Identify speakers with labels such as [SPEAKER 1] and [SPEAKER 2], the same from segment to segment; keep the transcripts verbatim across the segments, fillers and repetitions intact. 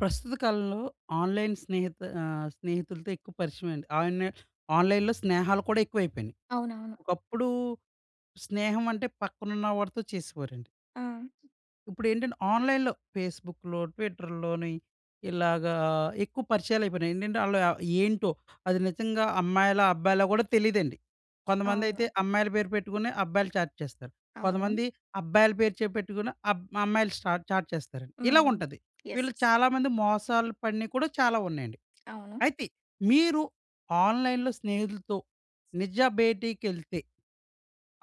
[SPEAKER 1] ప్రస్తుత కాలంలో ఆన్‌లైన్ స్నేహిత ఆహ్, స్నేహితులతో ఎక్కువ పరిచయం అండి. ఆన్‌లై ఆన్‌లైన్‌లో స్నేహాలు కూడా ఎక్కువైపోయినాయి.
[SPEAKER 2] అవునవును.
[SPEAKER 1] ఒకప్పుడు స్నేహం అంటే పక్కనున్న వాడితో చేసేవారండి.
[SPEAKER 2] ఆ!
[SPEAKER 1] ఇప్పుడేంటంటే ఆన్‌లైన్‌లో ఫేస్‌బుక్‌లో, ట్విట్టర్‌లోని ఇలాగా ఎక్కువ పరిచయాలయిపోయినాయి. ఏంటంటే ఆళ్ళు ఏంటో అది నిజంగా అమ్మాయిలా? అబ్బాయిలా? గూడా తెలీదండి. కొంతమందయితే
[SPEAKER 2] అవును.
[SPEAKER 1] అమ్మాయిల పేరు పెట్టుకొని అబ్బాయిలు చాట్ చేస్తారు.
[SPEAKER 2] అవును.
[SPEAKER 1] కొంతమంది అబ్బాయిల పేరు చె పెట్టుకుని అబ్ అమ్మాయిలు స్టార్ట్ చాట్ చేస్తారండి.
[SPEAKER 2] హ్మ్.
[SPEAKER 1] ఇలాగుంటది.
[SPEAKER 2] యెస్.
[SPEAKER 1] వీళ్ళు
[SPEAKER 2] యెస్.
[SPEAKER 1] చాలామంది మోసాలు పడినయి కూడా చాలా ఉన్నాయండి.
[SPEAKER 2] అవును.
[SPEAKER 1] అయితే మీరు ఆన్‌లైన్‌లో స్నేహితులతో నిజ భేటీకెళ్తే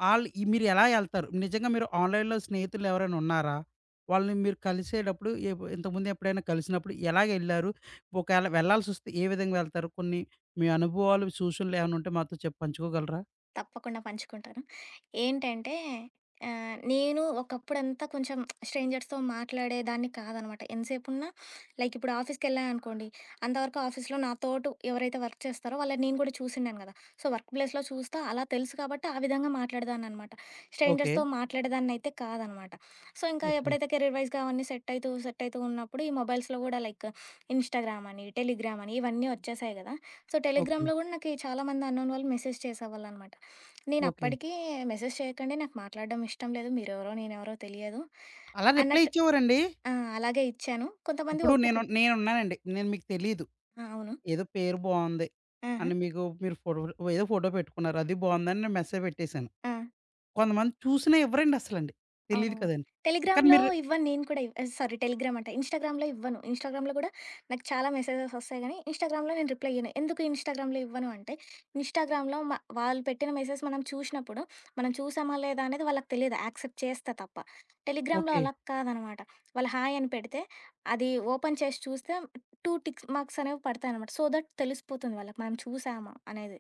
[SPEAKER 1] ఆళ్ళు ఈ మీరెలా ఎళ్తారు? నిజంగా మీరు ఆన్‌లైన్‌లో స్నేహితులు ఎవరైనా ఉన్నారా? వాళ్ళని మీరు కలిసేటప్పుడు ఎప్ ఇంతకుముందు ఎప్పుడైనా కలిసినప్పుడు ఎలాగెళ్లారు? ఒకవేళ వెళ్ళాల్సొస్తే ఏ విధంగా వెళ్తారు? కొన్ని మీ అనుభవాలు, సూచనలు ఏమైనా ఉంటే మాతో చెప్ పంచుకోగలరా?
[SPEAKER 2] తప్పకుండా పంచుకుంటాను. ఏంటంటే ఆహ్, నేను ఒకప్పుడంతా కొంచెం స్ట్రేంజర్స్‌తో మాట్లాడేదాన్ని కాదనమాట. ఎంతసేపున్నా లైక్ ఇప్పుడు ఆఫీస్‌కెళ్ళా అనుకోండి, అంతవరకు ఆఫీస్‌లో నాతోటు ఎవరైతే వర్క్ చేస్తారో వాళ్ళని నేను కూడా చూసుండాను కదా! సో, వర్క్ ప్లేస్‌లో చూస్తా అలా తెలుసు కాబట్టి ఆ విధంగా మాట్లాడేదాన్ననమాట.
[SPEAKER 1] ఓకే.
[SPEAKER 2] స్ట్రేంజర్స్‌తో మాట్లాడేదాన్నయితే కాదనమాట. సో, ఇంకా
[SPEAKER 1] ఓకే.
[SPEAKER 2] ఎప్పుడైతే కెరీర్ వైస్‌గా అవన్నీ సెట్ అయితూ, సెట్ అయితూ ఉన్నప్పుడు ఈ మొబైల్స్‌లో కూడా లైక్ ఇన్‌స్టాగ్రామ్ అని, టెలిగ్రామ్ అని ఇవన్నీ వచ్చేసాయి కదా! సో,
[SPEAKER 1] ఓకే అండి.
[SPEAKER 2] టెలిగ్రామ్‌లో కూడా నాకి చాలా మంది అన్నోన్ వాళ్ళు మెసేజ్ చేసేవాళ్ళనమాట.
[SPEAKER 1] ఓకే.
[SPEAKER 2] నేనప్పటికీ మెసేజ్ చేయకండి, నాకు మాట్లాడడం ఇష్టం లేదు. మీరెవరో, నేనెవరో తెలియదు
[SPEAKER 1] అలా రిప్లై
[SPEAKER 2] అన్నట్టు
[SPEAKER 1] ఇచ్చేవారండి?
[SPEAKER 2] ఆ! అలాగే ఇచ్చాను. కొంతమంది
[SPEAKER 1] ఇప్పుడు నేను
[SPEAKER 2] ఒప్పుకున్
[SPEAKER 1] నేనున్నానండి. నేను మీకు తెలీదు.
[SPEAKER 2] ఆ! అవును.
[SPEAKER 1] ఏదో పేరు బావుంది
[SPEAKER 2] ఆహా!
[SPEAKER 1] అని మీకు మీరు ఫోటో ఏదో ఫోటో పెట్టుకున్నారు. అది బావుందని నేను మెసేజ్ పెట్టేసాను.
[SPEAKER 2] ఆ!
[SPEAKER 1] కొంతమంది చూసినా ఇవ్వరండి అసలండి. తెలీదు
[SPEAKER 2] అవునవును.
[SPEAKER 1] కదండీ. కానీ
[SPEAKER 2] టెలిగ్రామ్‌లో
[SPEAKER 1] మీరు
[SPEAKER 2] ఇవ్వను నేను కూడా ఇవ్ ఆహ్, సారీ టెలిగ్రామ్ అంట. ఇన్‌స్టాగ్రామ్‌లో ఇవ్వను. ఇన్‌స్టాగ్రామ్‌లో కూడా నాకు చాలా మెసేజెస్ వస్తాయి గానీ, ఇన్‌స్టాగ్రామ్‌లో నేను రిప్లై ఇయ్యను. ఎందుకు ఇన్‌స్టాగ్రామ్‌లో ఇవ్వను అంటే, ఇన్‌స్టాగ్రామ్‌లో మ వాళ్ళు పెట్టిన మెసేజ్ మనం చూషినప్పుడు, మనం చూసామా లేదా అనేది వాళ్ళకి తెలీదు. యాక్సెప్ట్ చేస్తే తప్ప. టెలిగ్రామ్‌లో
[SPEAKER 1] ఓకే.
[SPEAKER 2] అలా కాదనమాట. వాళ్ళు హాయ్ అని పెడితే, అది ఓపెన్ చేసి చూస్తే రెండు టిక్ మార్క్స్ అనేవి పడతాయనమాట. సో దట్ తెలిసిపోతుంది వాళ్ళకి మనం చూసామా అనేది.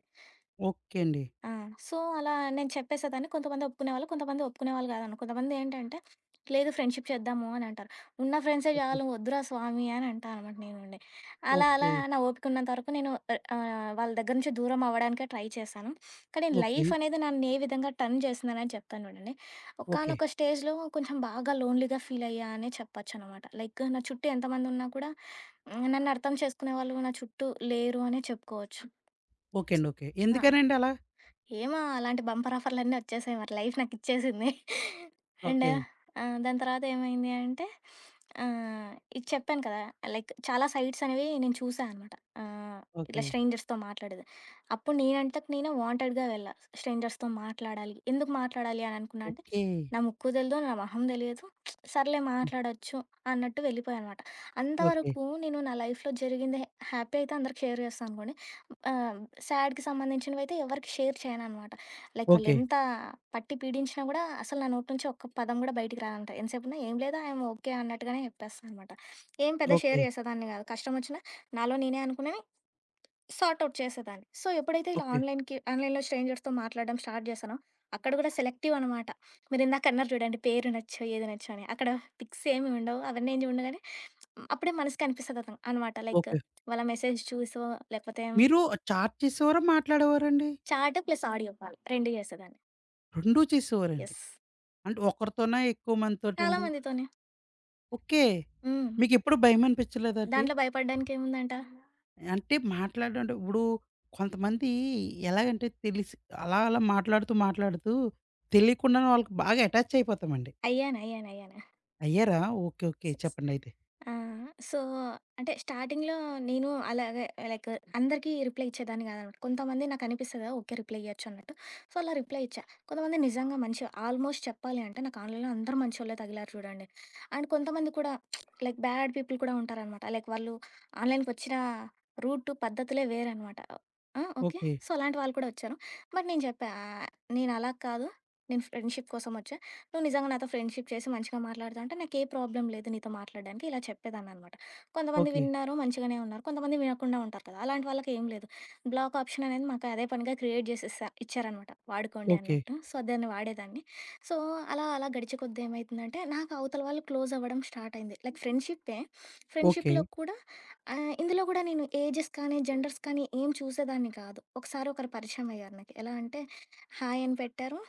[SPEAKER 1] ఓకే అండి.
[SPEAKER 2] ఆ! సో, అలా నేను చెప్పేసేదాన్ని. కొంతమంది ఒప్పుకునేవాళ్ళు, కొంతమంది ఒప్పుకునేవాళ్ళు కాదనమాట. కొంతమంది ఏంటంటే, లేదు ఫ్రెండ్‌షిప్ చేద్దాము అని అంటారు. ఉన్న ఫ్రెండ్సే
[SPEAKER 1] ఓకే.
[SPEAKER 2] చాలు వద్దురా స్వామి అని అంటా అనమాట నేను ఉండి. అలా అలా
[SPEAKER 1] ఓకే.
[SPEAKER 2] నా ఓపిక ఉన్నంత వరకు నేను ఆహ్, ఆహ్, వాళ్ళ దగ్గర నుంచి దూరం అవ్వడానికే ట్రై చేశాను. కానీ
[SPEAKER 1] ఓకే.
[SPEAKER 2] లైఫ్ అనేది నన్ను ఏ విధంగా టర్న్ చేసిందనేది చెప్తాను చూడండి.
[SPEAKER 1] ఓకే.
[SPEAKER 2] ఒకానొక స్టేజ్‌లో కొంచెం బాగా లోన్‌లీగా ఫీల్ అయ్యా అనే చెప్పొచ్చనమాట. లైక్ నా చుట్టూ ఎంతమంది ఉన్నా కూడా, హ్మ్, నన్ను అర్థం చేసుకునేవాళ్ళు నా చుట్టూ లేరు అనే చెప్పుకోవచ్చు.
[SPEAKER 1] ఓకే అండి. ఓకే.
[SPEAKER 2] ఆ!
[SPEAKER 1] ఎందుకనండి అలా?
[SPEAKER 2] ఏమో అలాంటి బంపర్ ఆఫర్‌లన్నీ వచ్చేసాయి. మరి లైఫ్ నాకిచ్చేసింది. And
[SPEAKER 1] okay.
[SPEAKER 2] ఆహ్, దాని తర్వాత ఏమైంది అంటే ఆహ్, ఇది చెప్పాను కదా! లైక్ చాలా సైట్స్ అనేవి నేను చూసా అనమాట. ఆహ్, ఇట్లా
[SPEAKER 1] ఓకే.
[SPEAKER 2] స్ట్రేంజర్స్‌తో మాట్లాడేది. అప్పుడు నేనంతకు నేనే వాంటెడ్‌గా వెళ్ళా. స్ట్రేంజర్స్‌తో మాట్లాడాలి. ఎందుకు మాట్లాడాలి అని అనుకున్నా అంటే,
[SPEAKER 1] ఓకే.
[SPEAKER 2] నా ముక్కు తెలీదు, నా మొహం తెలియదు. సర్లే
[SPEAKER 1] హ్మ్.
[SPEAKER 2] మాట్లాడొచ్చు అన్నట్టు వెళ్ళిపోయా అనమాట.
[SPEAKER 1] ఓకే.
[SPEAKER 2] అంతవరకు నేను నా లైఫ్‌లో జరిగింది హ్యాపీ అయితే అందరికి షేర్ చేస్తా అనుకోండి. ఆహ్, సాడ్‌కి సంబంధించినవయితే ఎవరికీ షేర్ చేయననమాట. Like
[SPEAKER 1] okay.
[SPEAKER 2] వాళ్ళెంత పట్టి పీడించినా గూడా అసలు నా నోటి నుంచి ఒక్క పదం గూడా బయటికి రాదంట. ఎంతసేపున్నా ఏం లేదు ఐయామ్ ఓకే అన్నట్టుగానే జెప్పేస్తా అనమాట. ఏం పెద్ద షేర్
[SPEAKER 1] ఓకే.
[SPEAKER 2] చేసేదాన్ని గాదు. కష్టమొచ్చినా నాలో నేనే అనుకునేవి సార్ట్ ఔట్ చేసేదాన్ని. సో, ఎప్పుడైతే ఇలా
[SPEAKER 1] ఓకే.
[SPEAKER 2] ఆన్‌లైన్‌కి ఆన్‌లైన్‌లో స్ట్రేంజర్స్‌తో మాట్లాడడం స్టార్ట్ చేశానో, అక్కడ గూడా సెలెక్టివ్ అనమాట. మీరిందాకన్నారు చూడండి పేరు నచ్చో, ఏది నచ్చో అని. అక్కడ పిక్స్ ఏమి ఉండవు. అవన్నీ ఏం ఉండవు గానీ అప్పుడే మనసుకనిపిస్తదతను అనమాట. Like
[SPEAKER 1] okay.
[SPEAKER 2] వాళ్ళ మెసేజ్ చూసో లేకపోతే
[SPEAKER 1] మీరు చాట్ చేసేవారా? మాట్లాడేవారండి?
[SPEAKER 2] చాట్ ప్లస్ ఆడియో కాల్ రెండూ చేసేదాన్ని.
[SPEAKER 1] రెండూ చేసేవారండి.
[SPEAKER 2] యెస్.
[SPEAKER 1] అంటే ఒకరితోనా? ఎక్కువ
[SPEAKER 2] చాలా
[SPEAKER 1] మందితోటండి?
[SPEAKER 2] మందితోనే.
[SPEAKER 1] ఓకే.
[SPEAKER 2] హ్మ్.
[SPEAKER 1] మీకెప్పుడు భయమనిపించలేదండి?
[SPEAKER 2] దాంట్లో భయపడడానికేముందంట?
[SPEAKER 1] అంటే మాట్లాడడం అంటే ఇప్పుడు కొంతమంది ఎలాగంటే తెలిసి అలా అలా మాట్లాడుతూ, మాట్లాడుతూ తెలియకుండానే వాళ్ళకి బాగా అటాచ్ అయిపోతామండి.
[SPEAKER 2] అయ్యాను. అయ్యాను.
[SPEAKER 1] అయ్యారా? ఓకే. ఓకే.
[SPEAKER 2] అయ్యాను.
[SPEAKER 1] చెప్పండయితే.
[SPEAKER 2] ఆ! సో, అంటే స్టార్టింగ్‌లో నేను అలాగే లైక్ అందరికీ రిప్లై ఇచ్చేదాన్ని కాదనమాట. కొంతమంది నాకనిపిస్తది కదా! ఓకే. రిప్లై ఇయ్యొచ్చు అన్నట్టు. సో, అలా రిప్లై ఇచ్చా. కొంతమంది నిజంగా మంచోళ్ళు ఆల్మోస్ట్ చెప్పాలి అంటే నాకు ఆన్‌లైన్‌లో అందరూ మంచోళ్ళే తగిలారు చూడండి. అండ్ కొంతమంది కూడా లైక్ బ్యాడ్ పీపుల్ కూడా ఉంటారనమాట. లైక్ వాళ్ళు ఆన్‌లైన్‌కొచ్చిన రూటు, పద్ధతులే వేరనమాట. ఆ! ఓకే.
[SPEAKER 1] ఓకే.
[SPEAKER 2] సో, అలాంటి వాళ్ళు కూడా వచ్చారు. బట్ నేను చెప్పా, ఆహ్, "నేనలా కాదు. నేను ఫ్రెండ్‌షిప్ కోసమొచ్చా. నువ్వు నిజంగా నాతో ఫ్రెండ్షిప్ చేసి మంచిగా మాట్లాడుతా అంటే నాకు ఏ ప్రాబ్లం లేదు నీతో మాట్లాడడానికి ఇలా చెప్పేదాన్ని అనమాట. కొంతమంది
[SPEAKER 1] ఓకే.
[SPEAKER 2] విన్నారు మంచిగానే ఉన్నారు. కొంతమంది వినకుండా ఉంటారు కదా. అలాంటి వాళ్ళకి ఏం లేదు. బ్లాక్ ఆప్షన్ అనేది మాకు అదే పనిగా క్రియేట్ చేసి ఇస్తా- ఇచ్చారనమాట వాడుకోండి
[SPEAKER 1] ఓకే.
[SPEAKER 2] అన్నట్టు. సో దాన్ని వాడేదాన్ని. సో అలా అలా గడిచే కొద్ది ఏమవుతుందంటే నాకు అవతల వాళ్ళు క్లోజ్ అవ్వడం స్టార్ట్ అయింది. Like ఫ్రెండ్షిప్పే,
[SPEAKER 1] okay.
[SPEAKER 2] ఫ్రెండ్షిప్లో కూడా ఆ, ఇందులో కూడా నేను ఏజెస్ కానీ జెండర్స్ కానీ ఏం చూసేదాన్ని కాదు. ఒకసారి ఒకరు పరిచయం అయ్యారు నాకు. ఎలా అంటే హాయ్ అని పెట్టారు,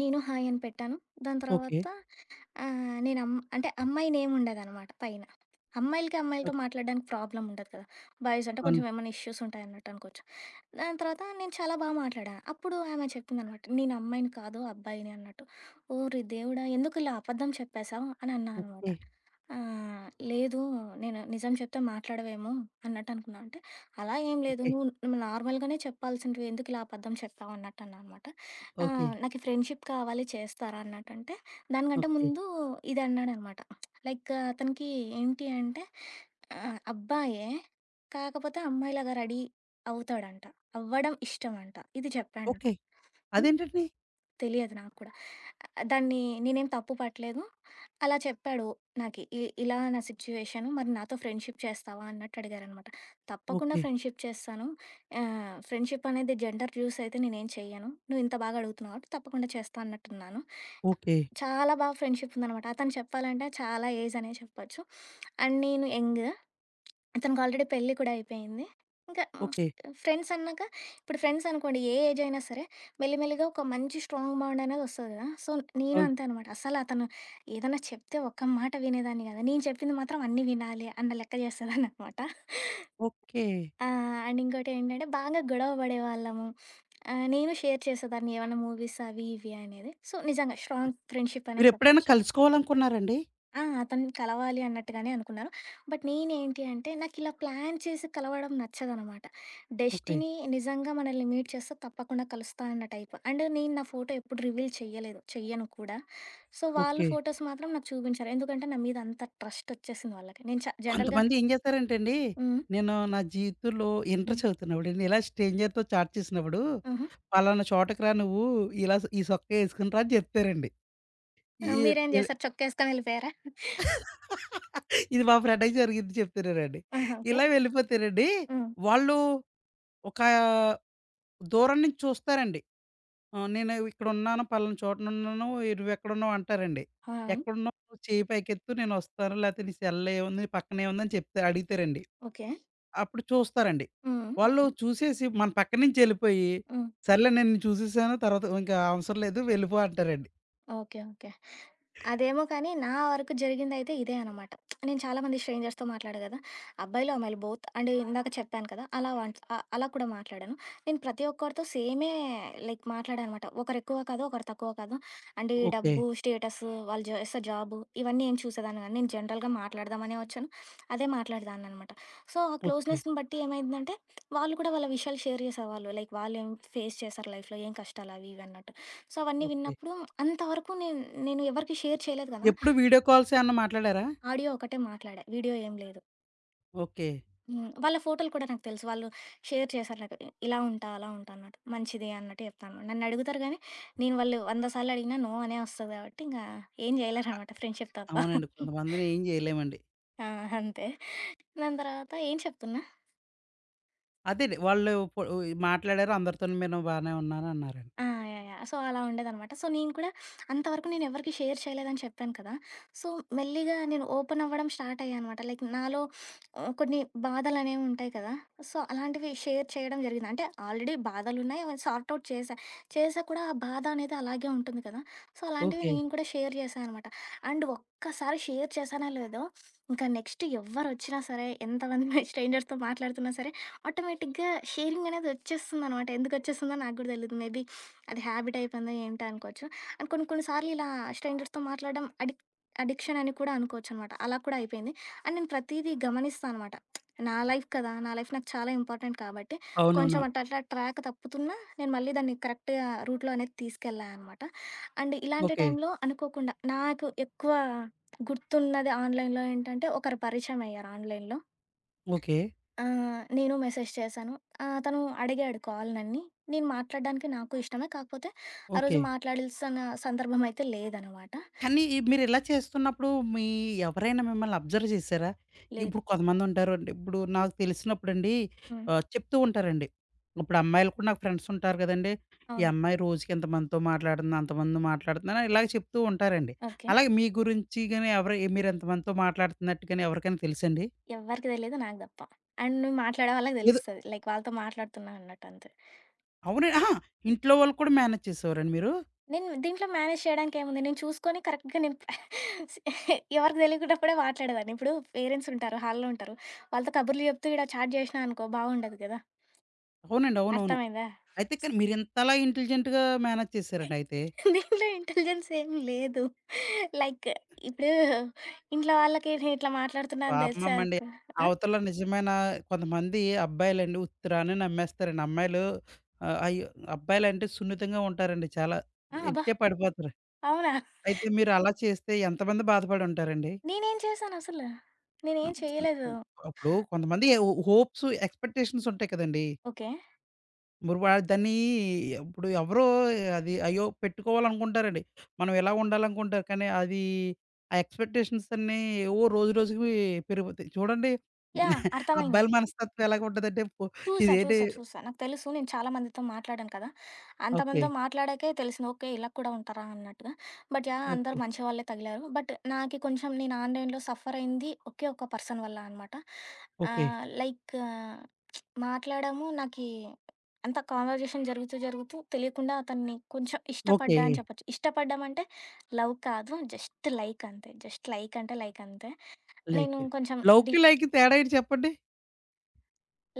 [SPEAKER 2] నేను హాయ్ అని పెట్టాను. దాని
[SPEAKER 1] ఓకే.
[SPEAKER 2] తర్వాత ఆ! నేను అమ్ అంటే అమ్మాయి నేమ్ ఉండదనమాట పైన. అమ్మాయిలకి, అమ్మాయిలతో
[SPEAKER 1] ఓక్
[SPEAKER 2] మాట్లాడడానికి ప్రాబ్లమ్ ఉండదు కదా! బాయ్స్ అంటే
[SPEAKER 1] అవును.
[SPEAKER 2] కొంచెం ఏమైనా ఇష్యూస్ ఉంటాయన్నట్టు అనుకోవచ్చు. దాని తర్వాత నేను చాలా బాగా మాట్లాడా. అప్పుడు ఆమె చెప్పిందనమాట, "నేను అమ్మాయిని కాదు అబ్బాయిని" అన్నట్టు. ఓరి దేవుడా! ఎందుకు ఇలా అబద్ధం చెప్పేశావు అని అన్నా అనమాట.
[SPEAKER 1] ఓకే.
[SPEAKER 2] ఆహ్, లేదు నేను నిజం చెప్తే మాట్లాడవేమో అన్నట్టు అనుకున్నా. అంటే, అలా ఏం లేదు
[SPEAKER 1] ఓకే.
[SPEAKER 2] నువ్వు నువ్వు నార్మల్‌గానే చెప్పాల్సినవి ఎందుకు ఇలా అబద్ధం చెప్పావు అన్నట్టు అన్నా అనమాట.
[SPEAKER 1] ఓకే.
[SPEAKER 2] ఆహ్, నాకు ఈ ఫ్రెండ్‌షిప్ కావాలి చేస్తారా అన్నట్టంటే దానికంటే
[SPEAKER 1] ఓకే.
[SPEAKER 2] ముందు ఇది అన్నాడనమాట. లైక్ అతనికి ఏంటి అంటే ఆహ్, అబ్బాయే. కాకపోతే అమ్మాయిలాగా రెడీ అవుతాడంట. అవ్వడం ఇష్టమంట. ఇది చెప్పాడు నాకు.
[SPEAKER 1] ఓకే.
[SPEAKER 2] హ్మ్.
[SPEAKER 1] అదేంటండి?
[SPEAKER 2] తెలియదు నాకు కూడా. ఆ, దాన్ని నేనేం తప్పు పట్టలేదు. అలా చెప్పాడు నాకి. ఇ ఇలా నా సిట్యుయేషన్ మరి నాతో ఫ్రెండ్‌షిప్ చేస్తావా అన్నట్టు అడిగారనమాట. తప్పకుండా
[SPEAKER 1] ఓకే.
[SPEAKER 2] ఫ్రెండ్‌షిప్ చేస్తాను. ఆహ్, ఫ్రెండ్‌షిప్ అనేది జెండర్ చూస్ అయితే నేనేం చెయ్యను. నువ్వు ఇంత బాగా అడుగుతున్నావు కాబట్టి తప్పకుండా చేస్తా అన్నట్టున్నాను.
[SPEAKER 1] ఓకే.
[SPEAKER 2] చాలా బాగా ఫ్రెండ్‌షిప్ ఉందనమాట. అతను చెప్పాలంటే చాలా ఏజ్ అనే చెప్పొచ్చు. అండ్ నేను యంగ్. అతనికి ఆల్రెడీ పెళ్లి కూడా అయిపోయింది. ఇంకా
[SPEAKER 1] ఓకే.
[SPEAKER 2] ఫ్రెండ్స్ అన్నాక ఇప్పుడు ఫ్రెండ్స్ అనుకోండి ఏ ఏజ్ అయినా సరే మెల్లిమెల్లిగా ఒక మంచి స్ట్రాంగ్ బాండ్ అనేది వస్తది కదా! సో, నేను
[SPEAKER 1] అవును.
[SPEAKER 2] అంతే అనమాట. అసలు అతను ఏదన్నా చెప్తే ఒక్క మాట వినేదాన్ని కాదు. నేను చెప్పింది మాత్రం అన్నీ వినాలి అన్న లెక్క చేసేదాన్ననమాట.
[SPEAKER 1] ఓకే.
[SPEAKER 2] ఆ! అండ్ ఇంకోటి ఏంటంటే బాగా గొడవ పడేవాళ్ళము. ఆహ్, నేను షేర్ చేసేదాన్ని ఏమన్నా మూవీస్ అవి ఇవి అనేది. సో, నిజంగా స్ట్రాంగ్ ఫ్రెండ్‌షిప్ అనే
[SPEAKER 1] మీరెప్పుడైనా
[SPEAKER 2] చెప్పొచ్చు.
[SPEAKER 1] కలుసుకోవాలనుకున్నారండి?
[SPEAKER 2] ఆ! అతన్ని కలవాలి అన్నట్టుగానే అనుకున్నాను. బట్ నేనేంటి అంటే, నాకిలా ప్లాన్ చేసి కలవడం నచ్చదనమాట.
[SPEAKER 1] ఓకే.
[SPEAKER 2] డెస్టినీ నిజంగా మనల్ని మీట్ చేస్తే తప్పకుండా కలుస్తా అన్న టైప్. అండ్ నేను నా ఫోటో ఎప్పుడు రివీల్ చెయ్యలేదు. చెయ్యను కూడా. సో, వాళ్ళు
[SPEAKER 1] ఓకే.
[SPEAKER 2] ఫోటోస్ మాత్రం నాకు చూపించారు. ఎందుకంటే, నా మీద అంత ట్రస్ట్ ఒచ్చేసింది వాళ్ళకి. నేను చ హ్మ్. జనరల్‌గా
[SPEAKER 1] కొంతమంది ఏం చేస్తారంటే అండి,
[SPEAKER 2] హ్మ్.
[SPEAKER 1] నేను నా జీవితంలో ఇంటర్
[SPEAKER 2] హ్మ్.
[SPEAKER 1] చదువుతున్నప్పుడు అండి, ఇలా స్ట్రేంజర్‌తో చాట్ చేసినప్పుడు,
[SPEAKER 2] హుహు.
[SPEAKER 1] "పలానా చోటకి రా నువ్వు ఇలా ఈ సొక్కా ఏసుకొని రా" అని చెప్తారండి. ఈ
[SPEAKER 2] ఆహ్, మీరేం చేశారు? చొక్కేసుకొని ఎళ్ళిపోయారా?
[SPEAKER 1] ఇది మా ఫ్రెండ్‌కి జరిగింది చెప్తున్నానండి.
[SPEAKER 2] ఆహా! ఓకే.
[SPEAKER 1] ఇలా వెళ్ళిపోతేనండి,
[SPEAKER 2] హ్మ్.
[SPEAKER 1] వాళ్ళు ఒక దూరం నుంచి చూస్తారండి. ఆహ్, నేను ఇక్కడున్నాను, పలానా చోటనున్నాను, "ఏ నువ్వెక్కడున్నావు?" అంటారండి.
[SPEAKER 2] ఆ!
[SPEAKER 1] "ఎక్కడున్నావు నువ్వు చెయ్యి పైకెత్తు నేనొస్తాను, లేతే నీ సెల్‌లో ఏముంది, నీ పక్కన ఏముందని" చెప్తే అడుగుతారండి.
[SPEAKER 2] ఓకే.
[SPEAKER 1] అప్పుడు చూస్తారండి.
[SPEAKER 2] హ్మ్.
[SPEAKER 1] వాళ్ళు చూసేసి మన పక్క నుంచి వెళ్ళిపోయి,
[SPEAKER 2] హ్మ్.
[SPEAKER 1] "సర్లే నేను నిన్ను చూసేసాను, తర్వాత ఇంకా అవసరం లేదు వెళ్ళిపో" అంటారండి.
[SPEAKER 2] ఓకే. ఓకే. అదేమో కానీ నా వరకు జరిగిందయితే ఇదే అనమాట. నేను చాలా మంది స్ట్రేంజర్స్‌తో మాట్లాడా గదా! అబ్బాయిలు, అమ్మాయిలు బోత్ అండ్ ఇందాక చెప్పాను కదా! అలా వంట్ ఆహ్, అలా కూడా మాట్లాడాను. నేను ప్రతి ఒక్కరితో సేమే లైక్ మాట్లాడా అనమాట. ఒకరెక్కువ కాదు, ఒకరు తక్కువ కాదు. అండ్ ఈ
[SPEAKER 1] ఓకే.
[SPEAKER 2] డబ్బు, స్టేటస్, వాళ్ళు చేసే జాబు ఇవన్నీ ఏం చూసేదాన్ని గాదు. నేను జనరల్‌గా మాట్లాడదామనే వచ్చాను. అదే మాట్లాడేదాన్ననమాట. సో, ఆ
[SPEAKER 1] ఓకే.
[SPEAKER 2] క్లోజ్‌నెస్‌ని బట్టి ఏమైందంటే, వాళ్ళు కూడా వాళ్ళ విషయాలు షేర్ చేసేవాళ్ళు. లైక్ వాళ్ళేం ఫేస్ చేశారు లైఫ్‌లో, ఏం కష్టాలు అవి ఇవి అన్నట్టు. సో, అవన్నీ
[SPEAKER 1] ఓకే.
[SPEAKER 2] విన్నప్పుడు అంతవరకు నేను నేను ఎవరికీ షేర్ చేయలేదు కదా!
[SPEAKER 1] ఎప్పుడు వీడియో కాల్స్ ఏమన్నా మాట్లాడారా?
[SPEAKER 2] ఆడియో ఒకటే మాట్లాడా. వీడియో ఏం లేదు.
[SPEAKER 1] ఓకే.
[SPEAKER 2] హ్మ్. వాళ్ళ ఫోటోలు కూడా నాకు తెలుసు. వాళ్ళు షేర్ చేశారు నాకు. ఇలా ఉంటా, అలా ఉంటా అన్నట్టు. మంచిది అన్నట్టు చెప్తాను. నన్నడుగుతారు గానీ, నేను వాళ్ళు వంద సార్లు అడిగినా నో అనే వస్తది కాబట్టి, ఇంగా ఏం జేయలేరనమాట ఫ్రెండ్‌షిప్ తప్ప.
[SPEAKER 1] అవునండి. కొంతమందిని ఏం జేయలేమండి.
[SPEAKER 2] ఆ! అంతే. దాని తర్వాత ఏం చెప్తున్నా?
[SPEAKER 1] అదేండి వాళ్ళు పొ ఈ మాట్లాడారు అందరితోని మీరు బానే ఉన్నాను అన్నారండి.
[SPEAKER 2] ఆ! యాహ్! యాహ్! సో, అలా ఉండేదనమాట. సో, నేను కూడా అంతవరకు నేనెవరికీ షేర్ చేయలేదని చెప్పాను కదా! సో, మెల్లిగా నేను ఓపెన్ అవ్వడం స్టార్ట్ అయ్యా అనమాట. లైక్ నాలో ఆహ్, కొన్ని బాధలనేవి ఉంటాయి కదా! సో, అలాంటివి షేర్ చేయడం జరిగింది. అంటే ఆల్రెడీ బాధలున్నాయి. అవన్నీ సార్ట్ ఔట్ చేశా. చేశా కూడా ఆ బాధ అనేది అలాగే ఉంటుంది కదా! సో, అలాంటివి
[SPEAKER 1] ఓకే.
[SPEAKER 2] నేను కూడా షేర్ చేశా అనమాట. అండ్ ఒక్కసారి షేర్ చేశానో లేదో, ఇంకా నెక్స్ట్ ఎవ్వరొచ్చినా సరే, ఎంతమంది స్ట్రేంజర్స్‌తో మాట్లాడుతున్నా సరే, ఆటోమేటిక్‌గా షేరింగ్ అనేది వచ్చేస్తుందనమాట. ఎందుకొచ్చేస్తుందో నాకు కూడా తెలీదు. మేబీ అది హ్యాబిట్ అయిపోయిందా ఏంటా అనుకోవచ్చు. అండ్ కొన్ని కొన్ని సార్లు ఇలా స్ట్రేంజర్స్‌తో మాట్లాడడం అడిక్ అడిక్షన్ అని కూడా అనుకోవచ్చనమాట. అలా కూడా అయిపోయింది. అండ్ నేను ప్రతీదీ గమనిస్తా అనమాట. నా లైఫ్ కదా! నా లైఫ్ నాకు చాలా ఇంపార్టెంట్ కాబట్టి, కొంచెం
[SPEAKER 1] అవునవును.
[SPEAKER 2] అట్లా అట్లా ట్రాక్ తప్పుతున్నా, నేను మళ్ళీ దాన్ని కరెక్ట్‌గా రూట్‌లో అనేది తీసుకెళ్ళా అనమాట. అండ్ ఇలాంటి
[SPEAKER 1] ఓకే.
[SPEAKER 2] టైంలో అనుకోకుండా నాకు ఎక్కువ గుర్తున్నది ఆన్‌లైన్‌లో ఏంటంటే, ఒకరు పరిచయం అయ్యారు ఆన్‌లైన్‌లో.
[SPEAKER 1] ఓకే.
[SPEAKER 2] ఆ! నేను మెసేజ్ చేశాను. ఆహ్, తను అడిగాడు కాల్ నన్ని. నేను మాట్లాడడానికి నాకు ఇష్టమే. కాకపోతే ఆ రోజు
[SPEAKER 1] ఓకే.
[SPEAKER 2] మాట్లాడాల్సిన సందర్భం అయితే లేదనమాట.
[SPEAKER 1] కానీ ఈ మీరిలా చేస్తున్నప్పుడు మీ ఎవరైనా మిమ్మల్ని అబ్జర్వ్ జేశారా?
[SPEAKER 2] లేదు.
[SPEAKER 1] ఇప్పుడు కొంతమందుంటారండి. ఇప్పుడు నాకు తెలిసినప్పుడండి
[SPEAKER 2] హ్మ్.
[SPEAKER 1] ఆహ్, చెప్తూ ఉంటారండి. ఇప్పుడు అమ్మాయిలు కూడా నాకు ఫ్రెండ్స్ ఉంటారు కదండీ! ఈ
[SPEAKER 2] అవును.
[SPEAKER 1] అమ్మాయి రోజుకి ఇంతమందితో మాట్లాడుతుంది, అంతమందితో మాట్లాడుతుందని ఇలాగ చెప్తూ ఉంటారండి.
[SPEAKER 2] ఓకే.
[SPEAKER 1] అలాగే మీ గురించి గాని ఎవరు మీరెంతమందితో మాట్లాడుతున్నట్టు గాని ఎవరికైనా తెలుసండి?
[SPEAKER 2] ఎవ్వరికీ తెలీదు. నాకు తప్ప. అండ్ నువ్వు మాట్లాడే వాళ్ళకి
[SPEAKER 1] ఏదో
[SPEAKER 2] తెలుస్తది. లైక్ వాళ్ళతో మాట్లాడుతున్నా అన్నట్టు అంతే.
[SPEAKER 1] అవునండి. అహా! ఇంట్లో వాళ్ళు కూడా మేనేజ్ చేసేవారండి మీరు?
[SPEAKER 2] నేను దీంట్లో మేనేజ్ చేయడానికి ఏముంది? నేను చూసుకొని కరెక్ట్‌గా నేను ఎవరికీ తెలియకున్నప్పుడే మాట్లాడేదాన్ని. ఇప్పుడు పేరెంట్స్ ఉంటారు. హాల్‌లో ఉంటారు. వాళ్ళతో కబుర్లు చెప్తూ ఈడ చాట్ చేసినా అనుకో బాగుండదు కదా!
[SPEAKER 1] అవునండి. అవునవును.
[SPEAKER 2] అర్థమైందా?
[SPEAKER 1] అయితే కానీ మీరింతలా ఇంటెలిజెంట్‌గా మేనేజ్ చేసారండి అయితే.
[SPEAKER 2] దీంట్లో ఇంటెలిజెన్స్ ఏం లేదు. లైక్ ఇప్పుడు ఇంట్లో వాళ్ళకి నేను ఇట్లా మాట్లాడుతున్నా అని తెలిసా
[SPEAKER 1] పాపమమ్మండి.
[SPEAKER 2] అనుకో ఆ!
[SPEAKER 1] అవతల నిజమైన కొంతమంది అబ్బాయిలండి ఉత్తిరానే నమ్మేస్తారండి. అమ్మాయిలు ఆహ్, అయ్యో! అబ్బాయిలంటే సున్నితంగా ఉంటారండి చాలా.
[SPEAKER 2] ఆ! అబ్బా!
[SPEAKER 1] ఎట్టే పడిపోతారు.
[SPEAKER 2] అవునా?
[SPEAKER 1] అయితే మీరు అలా చేస్తే ఎంతమంది బాధపడుంటారండి?
[SPEAKER 2] నేనేం చేశానసలు? నేనేం చేయలేదు.
[SPEAKER 1] అప్పుడు కొంతమంది హో హోప్స్, ఎక్స్‌పెక్టేషన్స్ ఉంటాయి కదండీ!
[SPEAKER 2] ఓకే.
[SPEAKER 1] మరి వా దాన్ని ఇప్పుడు ఎవరో అది అయ్యో! పెట్టుకోవాలనుకుంటారండి. మనం ఇలా ఉండాలనుకుంటారు. కానీ అది ఆ ఎక్స్‌పెక్టేషన్స్ అన్నీ ఏవో రోజు రోజుకి పెరిగిపోతాయి. చూడండి.
[SPEAKER 2] యాహ్! అర్థమైంది.
[SPEAKER 1] అబ్బాయిల మనస్తత్వం ఎలాగుంటదంటే పొ
[SPEAKER 2] చూసా.
[SPEAKER 1] ఇదేంటి
[SPEAKER 2] చూసా. చూసా. నాకు తెలుసు. నేను చాలా మందితో మాట్లాడాను కదా!
[SPEAKER 1] ఓకే.
[SPEAKER 2] అంతమందితో మాట్లాడాకే తెలిసింది. ఓకే. ఇలా కూడా ఉంటారా అన్నట్టుగా. But yeah! అందరూ
[SPEAKER 1] ఓకే.
[SPEAKER 2] మంచి వాళ్ళే తగిలారు. బట్ నాకి కొంచెం నేను ఆన్‌లైన్‌లో సఫర్ అయింది ఒకే ఒక పర్సన్ వల్ల అనమాట.
[SPEAKER 1] ఓకే.
[SPEAKER 2] ఆహ్, లైక్ మాట్లాడాము. నాకి అంత కాన్వర్జేషన్ జరుగుతూ, జరుగుతూ తెలియకుండా అతన్ని కొంచెం
[SPEAKER 1] ఓకే.
[SPEAKER 2] ఇష్టపడ్డా అని చెప్పొచ్చు. ఇష్టపడ్డం అంటే లవ్ కాదు. జస్ట్ లైక్ అంతే. జస్ట్ లైక్ అంటే లైక్ అంతే. నేను
[SPEAKER 1] లైక్
[SPEAKER 2] కొంచెం డి
[SPEAKER 1] లవ్‌కి, లైక్‌కి తేడా ఏంటి చెప్పండి?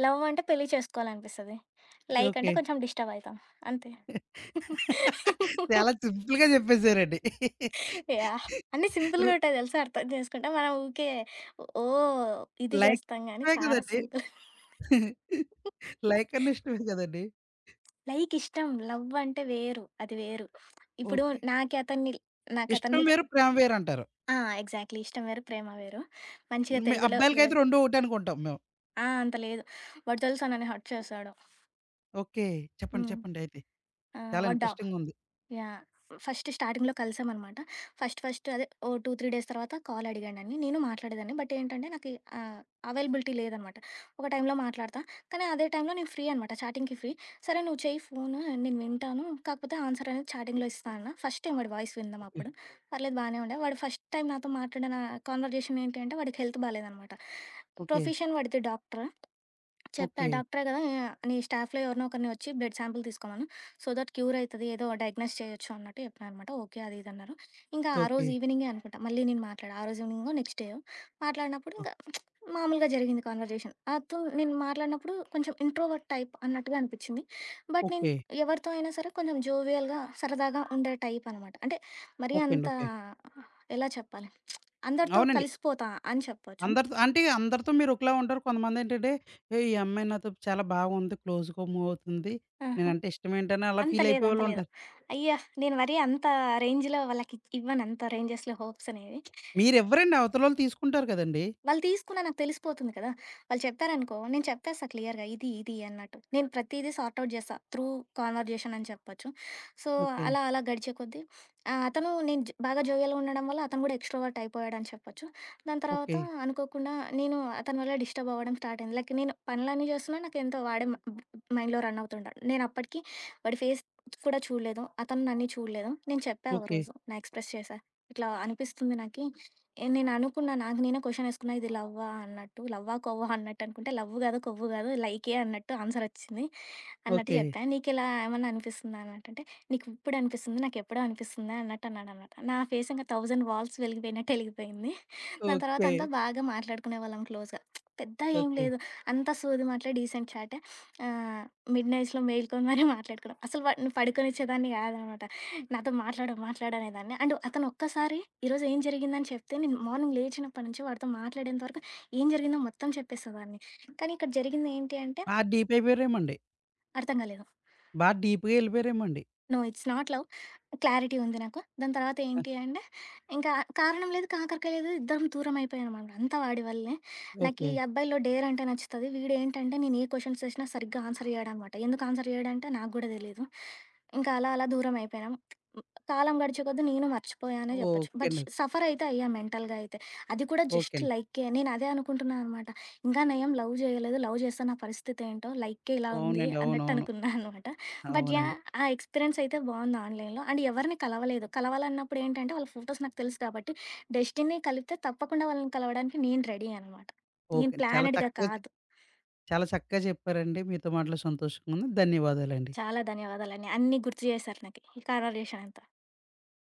[SPEAKER 2] లవ్ అంటే పెళ్లి చేసుకోవాలనిపిస్తది. లైక్ అంటే
[SPEAKER 1] ఓకే.
[SPEAKER 2] కొంచెం డిస్టర్బ్ అయితాం. అంతే.
[SPEAKER 1] చాలా సింపుల్‌గా చెప్పేసారండి.
[SPEAKER 2] యాహ్! అన్నీ
[SPEAKER 1] రు
[SPEAKER 2] సింపుల్‌గా ఉంటాయి తెలుసా అర్థం చేసుకుంటే. మనం ఊకే ఓహ్! ఇది
[SPEAKER 1] లైక్
[SPEAKER 2] చేస్తాం గానీ
[SPEAKER 1] ఇష్టమే
[SPEAKER 2] చాలా
[SPEAKER 1] కదండీ!
[SPEAKER 2] సింపుల్.
[SPEAKER 1] లైక్ అన్న ఇష్టమే కదండీ!
[SPEAKER 2] లైక్ ఇష్టం. లవ్ అంటే వేరు. అది వేరు. ఇప్పుడు
[SPEAKER 1] ఓకే.
[SPEAKER 2] నాకి అతన్ని నాకతని
[SPEAKER 1] ఇష్టం
[SPEAKER 2] మీద
[SPEAKER 1] వేరు, ప్రేమ వేరంటారు.
[SPEAKER 2] ఆ! ఎగ్జాక్ట్‌లీ. ఇష్టం వేరు. ప్రేమ వేరు. మంచిగా
[SPEAKER 1] మీ
[SPEAKER 2] తెలుగులో విడ
[SPEAKER 1] అబ్బాయిలకైతే రెండూ ఒకటే అనుకుంటాం మేము.
[SPEAKER 2] ఆ! అంత లేదు. వాడు తెలుసా నన్ను హర్ట్ చేశాడు.
[SPEAKER 1] ఓకే. చెప్పండి.
[SPEAKER 2] హ్మ్.
[SPEAKER 1] చెప్పండి అయితే.
[SPEAKER 2] ఆ!
[SPEAKER 1] చాలా
[SPEAKER 2] వాడు డా
[SPEAKER 1] ఇంట్రెస్టింగుంది.
[SPEAKER 2] యాహ్! ఫస్ట్ స్టార్టింగ్‌లో కలిసామనమాట. ఫస్ట్ ఫస్ట్ అదే ఓ రెండు, మూడు డేస్ తర్వాత కాల్ అడిగాడని. నేను మాట్లాడేదాన్ని. బట్ ఏంటంటే నాకీ ఆహ్, అవైలబిలిటీ లేదనమాట. ఒక టైంలో మాట్లాడతా. కానీ అదే టైంలో నేను ఫ్రీ అనమాట. చాటింగ్‌కి ఫ్రీ. సరే నువ్వు చెయ్యి ఫోను నేను వింటాను. కాకపోతే ఆన్సర్ అనేది చాటింగ్‌లో ఇస్తా అన్న. ఫస్ట్ టైం వాడి వాయిస్ వినడం
[SPEAKER 1] ఓకే.
[SPEAKER 2] అప్పుడు. పర్లేదు బానే ఉండే. వాడు ఫస్ట్ టైం నాతో మాట్లాడిన కాన్వర్జేషన్ ఏంటి అంటే వాడికి హెల్త్ బాలేదనమాట.
[SPEAKER 1] ఓకే.
[SPEAKER 2] ప్రొఫెషన్ వాడిది డాక్టర్. చెప్పా.
[SPEAKER 1] ఓకే.
[SPEAKER 2] డాక్టరే గదా! నీ స్టాఫ్‌లో ఎవరినో ఒకరిని వచ్చి బ్లడ్ శాంపుల్ తీసుకోమను. సో దట్ క్యూర్ అయితది. ఏదో డయాగ్నోస్ చేయొచ్చు అన్నట్టు చెప్పినా అనమాట. ఓకే. అది ఇది అన్నారు. ఇంకా ఆ
[SPEAKER 1] ఓకే.
[SPEAKER 2] రోజు ఈవినింగే అనుకుంటా మళ్ళీ నేను మాట్లాడా. ఆ రోజు ఈవినింగో, నెక్స్ట్ డేయో మాట్లాడినప్పుడు ఇంక
[SPEAKER 1] ఓహ్!
[SPEAKER 2] మామూలుగా జరిగింది కన్వర్జేషన్. అతో నేను మాట్లాడినప్పుడు కొంచెం ఇంట్రోవర్ట్ టైప్ అన్నట్టుగా అనిపిచ్చింది. బట్ నేను
[SPEAKER 1] ఓకే.
[SPEAKER 2] ఎవరితో అయినా సరే కొంచెం జోవియల్‌గా, సరదాగా ఉండే టైప్ అనమాట. అంటే మరీ
[SPEAKER 1] ఓకే
[SPEAKER 2] అంత
[SPEAKER 1] అండి. ఓకే.
[SPEAKER 2] ఎలా చెప్పాలి అందరితో
[SPEAKER 1] అవునండి.
[SPEAKER 2] కలిసిపోతా అని చెప్పొచ్చు.
[SPEAKER 1] అందరితో అంటే అందరితో మీరు ఒకలా ఉంటారు. కొంతమందేంటంటే, "ఏయ్! ఈ అమ్మాయి నాతో చాలా బాగుంది. క్లోజ్‌గా మూవ్ అవుతుంది.
[SPEAKER 2] ఆహా!
[SPEAKER 1] నేనంటే ఇష్టమేంటని" అలా
[SPEAKER 2] అంత
[SPEAKER 1] ఫీల్
[SPEAKER 2] లేదు. అంత లేదు.
[SPEAKER 1] అయిపోయేవాళ్ళుంటారు.
[SPEAKER 2] అయ్యా! నేను మరీ అంత రేంజ్‌లో వాళ్ళకి ఇవ్వను. అంత రేంజెస్‌లో హోప్స్ అనేవి.
[SPEAKER 1] మీరివ్వరండి. అవతలోళ్ళు తీసుకుంటారు కదండీ!
[SPEAKER 2] వాళ్ళు తీసుకున్నా నాకు తెలిసిపోతుంది కదా! వాళ్ళు చెప్పారనుకో, నేను చెప్పేస్తా క్లియర్‌గా ఇది, ఇది అన్నట్టు. నేను ప్రతీదీ సార్ట్ ఔట్ చేస్తా. త్రూ కన్వర్జేషన్ అని చెప్పొచ్చు. So,
[SPEAKER 1] okay.
[SPEAKER 2] అలా అలా గడిచే కొద్దీ ఆహ్, అతను నేను జ బాగా జోవియల్‌గా ఉండడం వల్ల అతను కూడా ఎక్స్‌ట్రోవర్ట్ అయిపోయాడని చెప్పొచ్చు. దాని తర్వాత
[SPEAKER 1] ఓకే.
[SPEAKER 2] అనుకోకుండా నేను అతని వల్ల డిస్టర్బ్ అవ్వడం స్టార్ట్ అయింది. లైక్ నేను పనులన్నీ చేస్తున్నా నాకేంతో వాడే మ మైండ్‌లో రన్ అవుతుంటాడు. నేను అప్పటికి వాడి ఫేస్ కూడా చూడలేదు. అతను నన్ను చూడలేదు. నేను చెప్పా
[SPEAKER 1] ఓకే.
[SPEAKER 2] ఒకరోజు. నా ఎక్స్‌ప్రెస్ చేశా. ఇట్లా అనిపిస్తుంది నాకి. ఏ నేను అనుకున్నా. నాకు నేనే క్వెషన్ ఏసుకున్నా. ఇది లవ్వా అన్నట్టు. లవ్వా, కొవ్వా అన్నట్టు అనుకుంటే లవ్ గాదు, కొవ్వు గాదు లైకే అన్నట్టు ఆన్సర్ ఒచ్చింది. అన్నట్టు
[SPEAKER 1] ఓకే.
[SPEAKER 2] చెప్పా. "నీకిలా ఏమన్నా అనిపిస్తుందా?" అన్నట్టంటే, "నీకిప్పుడు అనిపిస్తుంది, నాకెప్పుడో అనిపిస్తుందా" అన్నట్టు అన్నాడనమాట. నా ఫేస్ ఇంకా వెయ్యి వాల్స్ వెలిగిపోయినట్టు వెలిగిపోయింది. దాని తర్వాత
[SPEAKER 1] ఓకే.
[SPEAKER 2] అంతా బాగా మాట్లాడుకునేవాళ్ళం క్లోజ్‌గా. పెద్ద ఏం
[SPEAKER 1] ఓకే.
[SPEAKER 2] లేదు. అంతా సోది మాటలే, డీసెంట్ చాటే. ఆహ్, మిడ్‌నైట్స్‌లో మేల్కొని మరీ మాట్లాడుకున్నాం. అసలు వాడిని పడుకోనిచ్చేదాన్ని కాదనమాట. నాతో "మాట్లాడు, మాట్లాడు" అనేదాన్ని. అండ్ అతను ఒక్కసారి ఈరోజు ఏం జరిగిందని చెప్తే, నేను మార్నింగ్ లేచినప్పటి నుంచి వాడితో మాట్లాడేంత వరకు ఏం జరిగిందో మొత్తం చెప్పేసేదాన్ని. కానీ ఇక్కడ జరిగింది ఏంటి అంటే,
[SPEAKER 1] బా డీప్ అయిపోయారేమో అండి.
[SPEAKER 2] అర్థం కాలేదు.
[SPEAKER 1] బా డీప్‌గా ఎళ్ళిపోయారేమో అండి.
[SPEAKER 2] No it's not love. Clarity ఉంది నాకు. దాని తర్వాత
[SPEAKER 1] ఆ!
[SPEAKER 2] ఏంటి అంటే, ఇంకా కారణం లేదు, కాకరకాయ లేదు. ఇద్దరం దూరం అయిపోయామనమాట. అంతా వాడి వల్లే. నాకీ
[SPEAKER 1] ఓకే.
[SPEAKER 2] అబ్బాయిలో డేర్ అంటే నచ్చుతది. వీడేంటంటే నేను ఏ క్వశ్చన్స్ చేసినా సరిగ్గా ఆన్సర్ చేయడనమాట. ఎందుకు ఆన్సర్ చేయడంటే నాకు గూడా తెలీదు. ఇంకా అలా అలా దూరం అయిపోయినాం. కాలం గడిచే కొద్దీ నేను మర్చిపోయానే జెప్పొచ్చు.
[SPEAKER 1] ఓకే
[SPEAKER 2] బట్
[SPEAKER 1] అండి.
[SPEAKER 2] సఫర్ అయితే అయ్యా మెంటల్‌గా అయితే. అది కూడా
[SPEAKER 1] ఓకే
[SPEAKER 2] జస్ట్
[SPEAKER 1] అండి.
[SPEAKER 2] లైకే. నేను అదే అనుకుంటున్నా అనమాట. ఇంకా నయం లవ్ జేయలేదు. లవ్ చేస్తే నా పరిస్థితి ఏంటో లైకే ఇలా ఉంది
[SPEAKER 1] అవునండి.
[SPEAKER 2] అన్నట్టు
[SPEAKER 1] అవునవును.
[SPEAKER 2] అనుకున్నా అనమాట. But yeah!
[SPEAKER 1] అవునండి.
[SPEAKER 2] ఆ ఎక్స్‌పీరియన్స్ అయితే బావుంది ఆన్‌లైన్‌లో. అండ్ ఎవరిని కలవలేదు. కలవాలన్నప్పుడు ఏంటంటే వాళ్ళ ఫోటోస్ నాకు తెలుసు కాబట్టి డెస్టినీ కలిపితే తప్పకుండా వాళ్ళని కలవడానికి నేను రెడీ అనమాట. నేను
[SPEAKER 1] ఓకే. చాలా
[SPEAKER 2] ప్లానెడ్‌గా
[SPEAKER 1] చక్కగా చె
[SPEAKER 2] కాదు.
[SPEAKER 1] చాలా చక్కగా చెప్పారండి. మీతో మాట్లాడి సంతోషంగా ఉంది. ధన్యవాదాలండి.
[SPEAKER 2] చాలా ధన్యవాదాలండి. అన్నీ గుర్తు చేశారు నాకి ఈ కన్వర్జేషన్ అంతా.